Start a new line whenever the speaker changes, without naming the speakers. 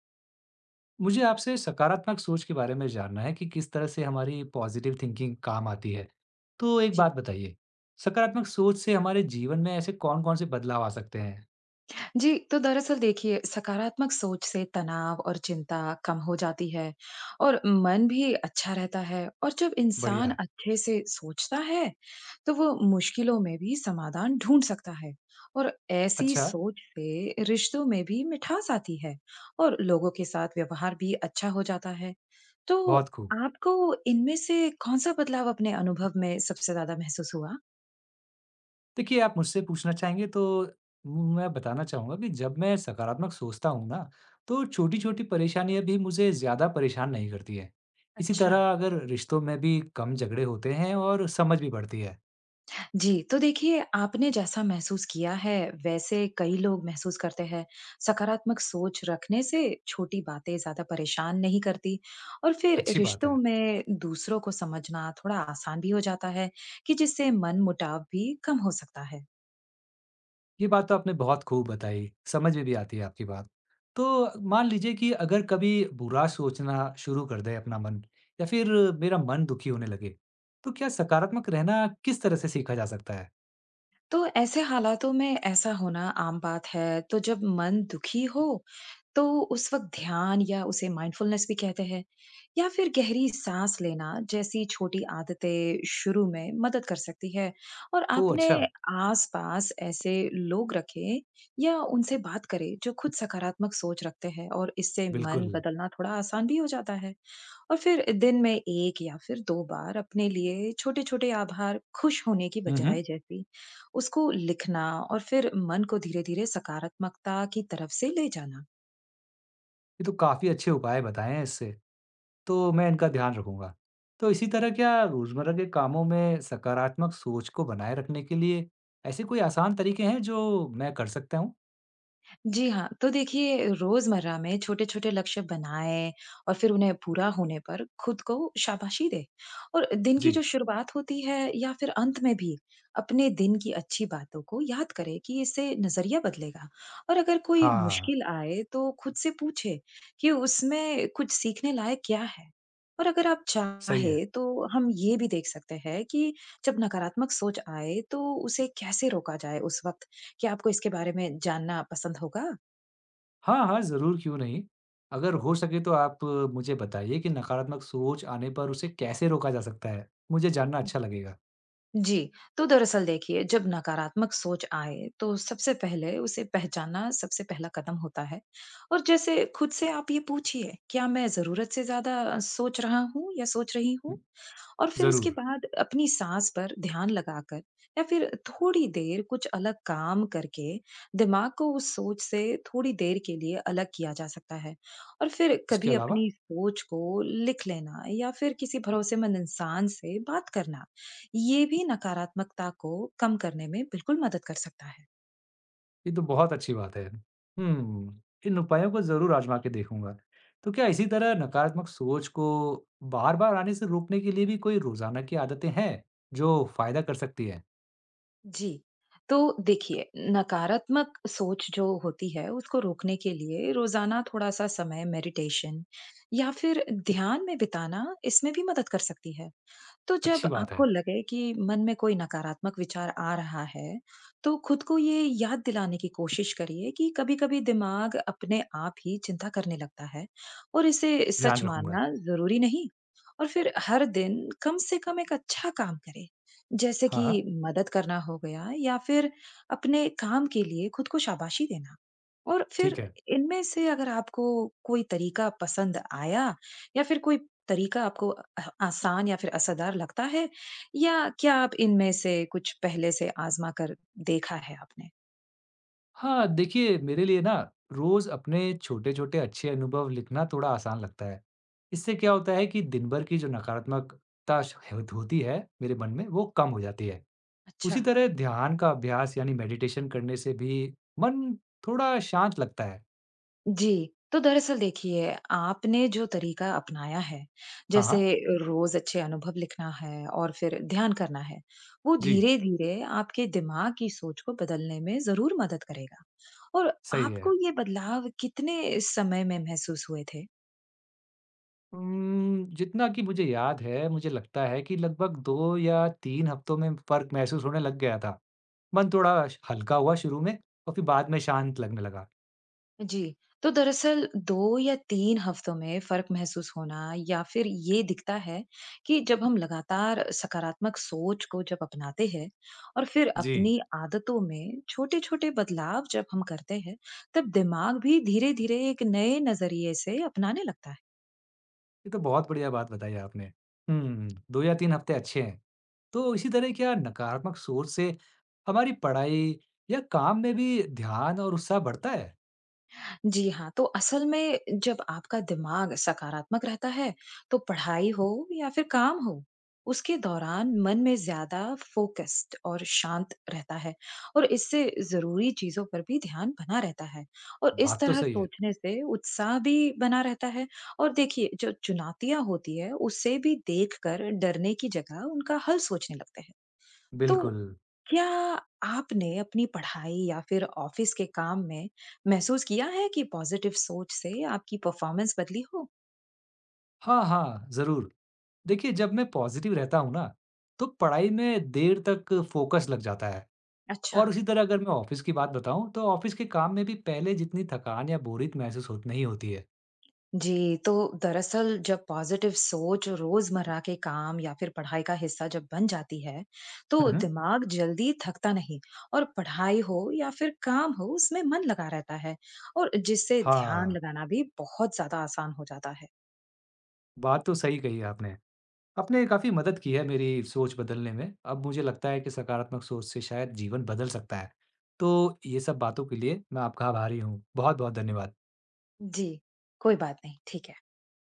मुझे आपसे सकारात्मक सोच के बारे में जानना है कि किस तरह से हमारी पॉजिटिव थिंकिंग काम आती है। तो एक
जी।
बात बताइए, सकारात्मक सोच से हमारे जीवन में ऐसे कौन-कौन से बदलाव आ सकते हैं?
जी, तो दरअसल देखिए सकारात्मक सोच से तनाव और चिंता कम हो जाती है और मन भी अच्छा रहता है और जब इंसान
बढ़िया,
अच्छे से सोचता है, तो वो मुश्किलों में भी समाधान ढूंढ सकता है और ऐसी
अच्छा,
सोच से रिश्तों में भी मिठास आती है और लोगों के साथ व्यवहार भी अच्छा हो जाता है। तो
बहुत खूब।
आपको इनमें से कौन-सा बदलाव अपने अनुभव में सबसे ज़्यादा महसूस हुआ?
देखिए, आप मुझसे पूछना चाहेंगे तो मैं बताना चाहूँगा कि जब मैं सकारात्मक सोचता हूँ ना, तो छोटी-छोटी परेशानियाँ भी मुझे ज़्यादा परेशान नहीं करती हैं। इसी
अच्छा
तरह अगर रिश्तों में भी कम झगड़े होते हैं और समझ भी बढ़ती है।
जी, तो देखिए आपने जैसा महसूस किया है वैसे कई लोग महसूस करते हैं। सकारात्मक सोच रखने से छोटी बातें ज़्यादा परेशान नहीं करती और फिर
अच्छी बात
रिश्तों
है।
में दूसरों को समझना थोड़ा आसान भी हो जाता है कि जिससे मनमुटाव भी कम हो सकता है।
ये बात तो आपने बहुत खूब बताई, समझ में भी आती है आपकी बात। तो मान लीजिए कि अगर कभी बुरा सोचना शुरू कर दे अपना मन या फिर मेरा मन दुखी होने लगे, तो क्या सकारात्मक रहना किस तरह से सीखा जा सकता है?
तो ऐसे हालातों में ऐसा होना आम बात है। तो जब मन दुखी हो, तो उस वक़्त ध्यान या उसे माइंडफुलनेस भी कहते हैं या फिर गहरी साँस लेना जैसी छोटी आदतें शुरू में मदद कर सकती है। और
ओह!
आपने
अच्छा,
आस-पास ऐसे लोग रखें या उनसे बात करें जो खुद सकारात्मक सोच रखते हैं और इससे मन
बिल्कुल।
बदलना थोड़ा आसान भी हो जाता है। और फिर दिन में 1 या फिर 2 बार अपने लिए छोटे-छोटे आभार खुश होने की
हुँ, हुँ।
बजाय जैसी उसको लिखना और फिर मन को धीरे-धीरे सकारात्मकता की तरफ से ले जाना।
ये तो काफ़ी अच्छे उपाय बताए हैं इससे, तो मैं इनका ध्यान रखूँगा। तो इसी तरह क्या रोज़मर्रा के कामों में सकारात्मक सोच को बनाए रखने के लिए ऐसे कोई आसान तरीके हैं जो मैं कर सकता हूँ?
जी हाँ, तो देखिए रोज़मर्रा में छोटे-छोटे लक्ष्य बनाएँ और फिर उन्हें पूरा होने पर खुद को शाबाशी दें और दिन की
जी।
जो शुरुआत होती है या फिर अंत में भी अपने दिन की अच्छी बातों को याद करें कि इससे नज़रिया बदलेगा और अगर कोई
हाँ,
मुश्किल आए तो खुद से पूछे कि उसमें कुछ सीखने लायक क्या है? और अगर आप
सही है।
चाहे तो हम ये भी देख सकते हैं कि जब नकारात्मक सोच आए तो उसे कैसे रोका जाए उस वक़्त। क्या आपको इसके बारे में जानना पसंद होगा?
हाँ, हाँ, ज़रूर क्यों नहीं। अगर हो सके तो आप मुझे बताइए कि नकारात्मक सोच आने पर उसे कैसे रोका जा सकता है? मुझे जानना अच्छा लगेगा।
जी, तो दरअसल देखिए, जब नकारात्मक सोच आए, तो सबसे पहले उसे पहचानना सबसे पहला कदम होता है और जैसे खुद से आप ये पूछिए, क्या मैं ज़रूरत से ज़्यादा सोच रहा हूँ या सोच रही हूँ?
हुँ,
और फिर उसके
ज़रूर।
बाद अपनी साँस पर ध्यान लगाकर या फिर थोड़ी देर कुछ अलग काम करके दिमाग को उस सोच से थोड़ी देर के लिए अलग किया जा सकता है। और फिर
इसके
कभी
अलावा
अपनी सोच को लिख लेना या फिर किसी भरोसेमंद इंसान से बात करना, ये भी नकारात्मकता को कम करने में बिल्कुल मदद कर सकता है।
ये तो बहुत अच्छी बात है। हुँ, इन उपायों को ज़रूर आज़मा के देखूँगा। तो क्या इसी तरह नकारात्मक सोच को बार-बार आने से रोकने के लिए भी कोई रोज़ाना की आदतें हैं, जो फ़ायदा कर सकती हैं?
जी। तो देखिए, नकारात्मक सोच जो होती है, उसको रोकने के लिए रोज़ाना थोड़ा-सा समय मेडिटेशन या फिर ध्यान में बिताना इसमें भी मदद कर सकती है। तो
अच्छी
जब
बात
आपको
है,
लगे कि मन में कोई नकारात्मक विचार आ रहा है, तो खुद को ये याद दिलाने की कोशिश करिए कि कभी-कभी दिमाग अपने आप ही चिंता करने लगता है और इसे
ध्यान
सच
रखूँगा।
मानना जरूरी नहीं। और फिर हर दिन कम से कम एक अच्छा काम करें, जैसे
हाँ,
कि
हाँ,
मदद करना हो गया या फिर अपने काम के लिए खुद को शाबाशी देना। और
ठीक
फिर
है।
इनमें से अगर आपको कोई तरीका पसंद आया या फिर कोई तरीका आपको आसान या फिर असरदार लगता है? या क्या आप इनमें से कुछ पहले से आज़मा कर देखा है आपने?
हाँ, देखिए मेरे लिए ना रोज़ अपने छोटे-छोटे अच्छे अनुभव लिखना थोड़ा आसान लगता है। इससे क्या होता है कि दिन भर की जो नकारात्मकता श होत होती है मेरे मन में वो कम हो जाती है।
अच्छा।
उसी तरह ध्यान का अभ्यास यानी मेडिटेशन करने से भी मन थोड़ा शांत लगता है।
जी, तो दरअसल देखिए, आपने जो तरीका अपनाया है,
हाँ,
जैसे
हाँ।
रोज़ अच्छे अनुभव लिखना है और फिर ध्यान करना है, वो
जी,
धीरे-धीरे आपके दिमाग की सोच को बदलने में ज़रूर मदद करेगा। और
सही है।
आपको ये बदलाव कितने समय में महसूस हुए थे?
जितना कि मुझे याद है मुझे लगता है कि लगभग 2 या 3 हफ्तों में फ़र्क महसूस होने लग गया था। मन थोड़ा श हल्का हुआ शुरू में और फिर बाद में शांत लगने लगा।
जी, तो दरअसल 2 या 3 हफ्तों में फ़र्क महसूस होना या फिर ये दिखता है कि जब हम लगातार सकारात्मक सोच को जब अपनाते हैं और फिर
जी।
अपनी आदतों में छोटे-छोटे बदलाव जब हम करते हैं, तब दिमाग भी धीरे-धीरे एक नए नज़रिए से अपनाने लगता है।
ये तो बहुत बढ़िया बात बताई आपने। हुँ, 2 या 3 हफ्ते अच्छे हैं। तो इसी तरह क्या नकारात्मक सोच से हमारी पढ़ाई या काम में भी ध्यान और उत्साह बढ़ता है?
जी हाँ, तो असल में जब आपका दिमाग सकारात्मक रहता है, तो पढ़ाई हो या फिर काम हो, उसके दौरान मन में ज़्यादा फोकस्ड और शांत रहता है और इससे ज़रूरी चीज़ों पर भी ध्यान बना रहता है और इस
बात तो
तरह
सही है।
सोचने से उत्साह भी बना रहता है और देखिए, जो चुनौतियाँ होती है, उसे भी देखकर डरने की जगह उनका हल सोचने लगते हैं। तो
बिल्कुल।
क्या आपने अपनी पढ़ाई या फिर ऑफिस के काम में महसूस किया है कि पॉजिटिव सोच से आपकी परफॉर्मेंस बदली हो?
हाँ, हाँ, ज़रूर। देखिए जब मैं पॉज़िटिव रहता हूँ ना, तो पढ़ाई में देर तक फ़ोकस लग जाता है
अच्छा।
और उसी तरह अगर मैं ऑफ़िस की बात बताऊँ तो ऑफ़िस के काम में भी पहले जितनी थकान या बोरियत महसूस हो नहीं होती है।
जी, तो दरअसल जब पॉजिटिव सोच रोजमर्रा के काम या फिर पढ़ाई का हिस्सा जब बन जाती है,
हुँ,
तो
हुँ।
दिमाग जल्दी थकता नहीं और पढ़ाई हो या फिर काम हो, उसमें मन लगा रहता है और जिससे ध्यान
हाँ,
लगाना भी बहुत ज़्यादा आसान हो जाता है।
बात तो सही कही है आपने। आपने काफ़ी मदद की है मेरी सोच बदलने में। अब मुझे लगता है कि सकारात्मक सोच से शायद जीवन बदल सकता है। तो ये सब बातों के लिए मैं आपका आभारी हूँ। बहुत-बहुत धन्यवाद।
जी, कोई बात नहीं, ठीक है।